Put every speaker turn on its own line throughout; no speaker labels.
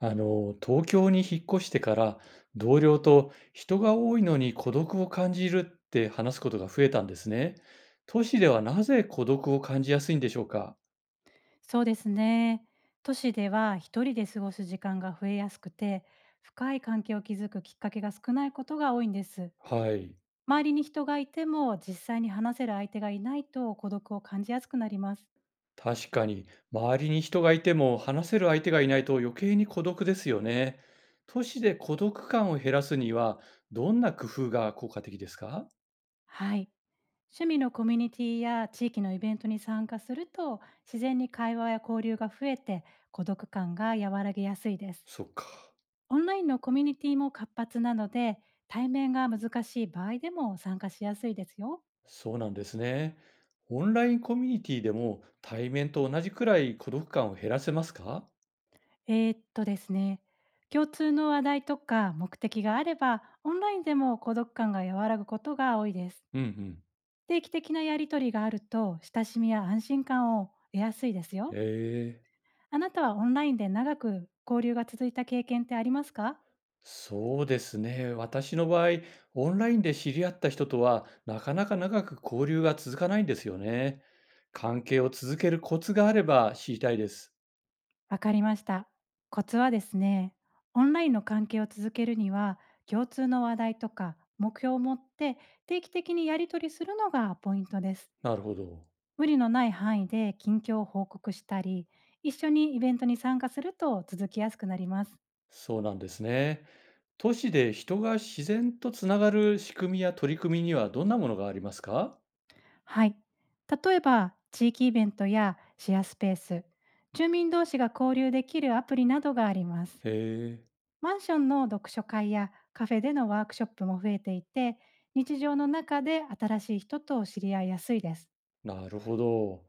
東京に引っ越してから、同僚と、人が多いのに孤独を感じるって話すことが増えたんですね。都市ではなぜ孤独を感じやすいんでしょうか？
そうですね。都市では一人で過ごす時間が増えやすくて、深い関係を築くきっかけが少ないことが多いんです。
はい。
周りに人がいても実際に話せる相手がいないと孤独を感じやすくなります。
確かに、周りに人がいても話せる相手がいないと余計に孤独ですよね。都市で孤独感を減らすにはどんな工夫が効果的ですか？
はい。趣味のコミュニティや地域のイベントに参加すると自然に会話や交流が増えて、孤独感が和らげやすいです。
そっか。
オンラインのコミュニティも活発なので、対面が難しい場合でも参加しやすいですよ。
そうなんですね。オンラインコミュニティでも対面と同じくらい孤独感を減らせますか？
ですね、共通の話題とか目的があれば、オンラインでも孤独感が和らぐことが多いです。
うんうん。
定期的なやりとりがあると、親しみや安心感を得やすいです
え
よ。
え、
あなたはオンラインで長く交流が続いた経験ってありますか？
そうですね。私の場合、オンラインで知り合った人とは、なかなか長く交流が続かないんですよね。関係を続けるコツがあれば知りたいです。
わかりました。コツはですね、オンラインの関係を続けるには、共通の話題とか目標を持って定期的にやりとりするのがポイントです。
なるほど。
無理のない範囲で近況を報告したり、一緒にイベントに参加すると続きやすくなります。
そうなんですね。都市で人が自然とつながる仕組みや取り組みにはどんなものがありますか？
はい。例えば、地域イベントやシェアスペース、住民同士が交流できるアプリなどがありま
へ
す。
え、
マンションの読書会やカフェでのワークショップも増えていて、日常の中で新しい人と知り合いやすいです。
なるほど。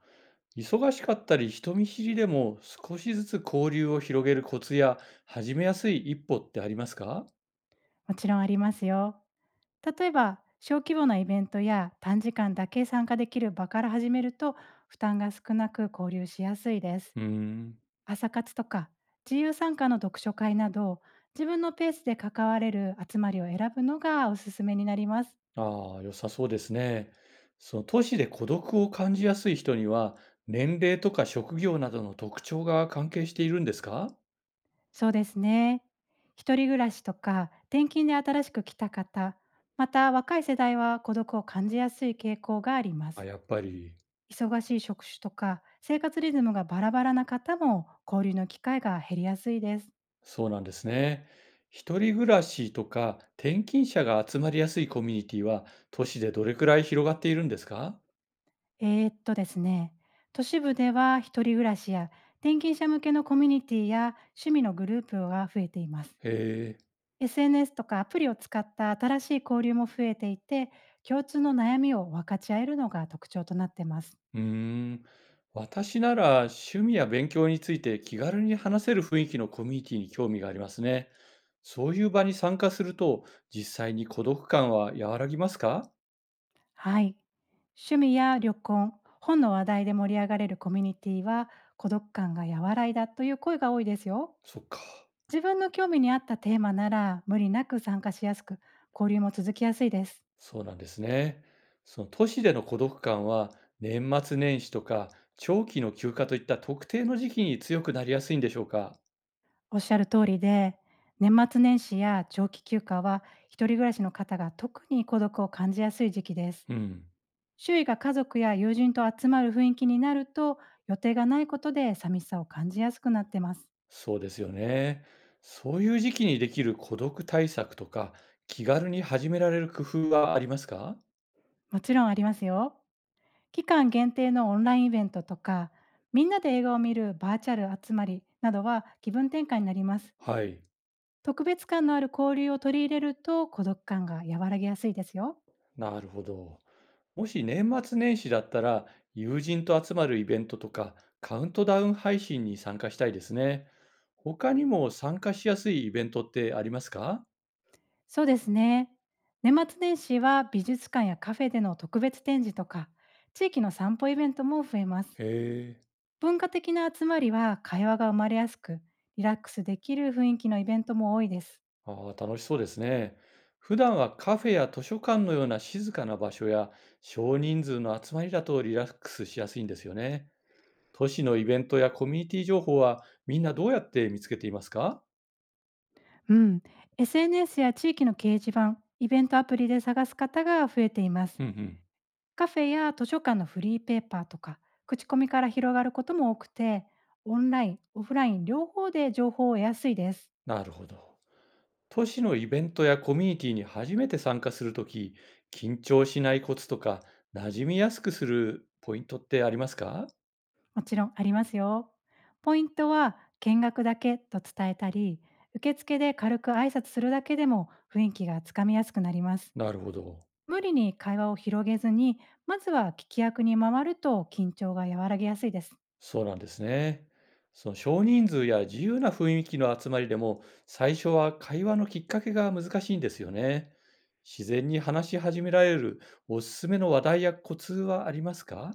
忙しかったり人見知りでも少しずつ交流を広げるコツや始めやすい一歩ってありますか？
もちろんありますよ。例えば小規模なイベントや短時間だけ参加できる場から始めると、負担が少なく交流しやすいです。
うーん。
朝活とか自由参加の読書会など、自分のペースで関われる集まりを選ぶのがおすすめになります。
ああ、良さそうですね。その都市で孤独を感じやすい人には、年齢とか職業などの特徴が関係しているんですか？
そうですね。一人暮らしとか転勤で新しく来た方、また若い世代は孤独を感じやすい傾向がありま
あ、
す。
やっぱり。
忙しい職種とか生活リズムがバラバラな方も交流の機会が減りやすいです。
そうなんですね。一人暮らしとか転勤者が集まりやすいコミュニティは、都市でどれくらい広がっているんですか？
えーっとですね、都市部では一人暮らしや転勤者向けのコミュニティや趣味のグループが増えています。
へえ。
SNS とかアプリを使った新しい交流も増えていて、共通の悩みを分かち合えるのが特徴となっています。
うーん。私なら趣味や勉強について気軽に話せる雰囲気のコミュニティに興味がありますね。そういう場に参加すると実際に孤独感は和らぎますか？
はい。趣味や旅行、本の話題で盛り上がれるコミュニティは孤独感が和らいだという声が多いですよ。
そっか。
自分の興味に合ったテーマなら無理なく参加しやすく、交流も続きやすいです。
そうなんですね。その都市での孤独感は年末年始とか長期の休暇といった特定の時期に強くなりやすいんでしょうか？
おっしゃる通りで、年末年始や長期休暇は、一人暮らしの方が特に孤独を感じやすい時期です。
うん。
周囲が家族や友人と集まる雰囲気になると、予定がないことで寂しさを感じやすくなってます。
そうですよね。そういう時期にできる孤独対策とか気軽に始められる工夫はありますか？
もちろんありますよ。期間限定のオンラインイベントとか、みんなで映画を見るバーチャル集まりなどは気分転換になります。
はい、
特別感のある交流を取り入れると孤独感が和らぎやすいですよ。
なるほど。もし年末年始だったら、友人と集まるイベントとか、カウントダウン配信に参加したいですね。他にも参加しやすいイベントってありますか？
そうですね。年末年始は美術館やカフェでの特別展示とか、地域の散歩イベントも増えます。
へえ、
文化的な集まりは会話が生まれやすく、リラックスできる雰囲気のイベントも多いです。
ああ、楽しそうですね。普段はカフェや図書館のような静かな場所や少人数の集まりだとリラックスしやすいんですよね。都市のイベントやコミュニティ情報はみんなどうやって見つけていますか？
うん、SNS や地域の掲示板、イベントアプリで探す方が増えています。
うんうん。
カフェや図書館のフリーペーパーとか、口コミから広がることも多くて、オンライン、オフライン両方で情報を得やすいです。
なるほど。都市のイベントやコミュニティに初めて参加するとき、緊張しないコツとか、馴染みやすくするポイントってありますか？
もちろんありますよ。ポイントは見学だけと伝えたり、受付で軽く挨拶するだけでも雰囲気がつかみやすくなります。
なるほど。
無理に会話を広げずに、まずは聞き役に回ると緊張が和らぎやすいです。
そうなんですね。その少人数や自由な雰囲気の集まりでも、最初は会話のきっかけが難しいんですよね。自然に話し始められるおすすめの話題やコツはありますか？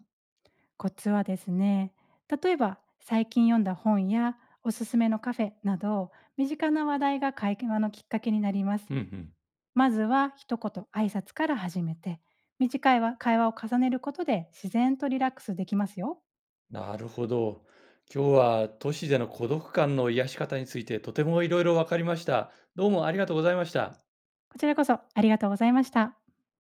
コツはですね、例えば最近読んだ本やおすすめのカフェなど、身近な話題が会話のきっかけになります。
うん、
まずは一言挨拶から始めて、短いわ会話を重ねることで自然とリラックスできますよ。
なるほど。今日は都市での孤独感の癒し方についてとてもいろいろ分かりました。どうもありがとうございました。
こちらこそありがとうございました。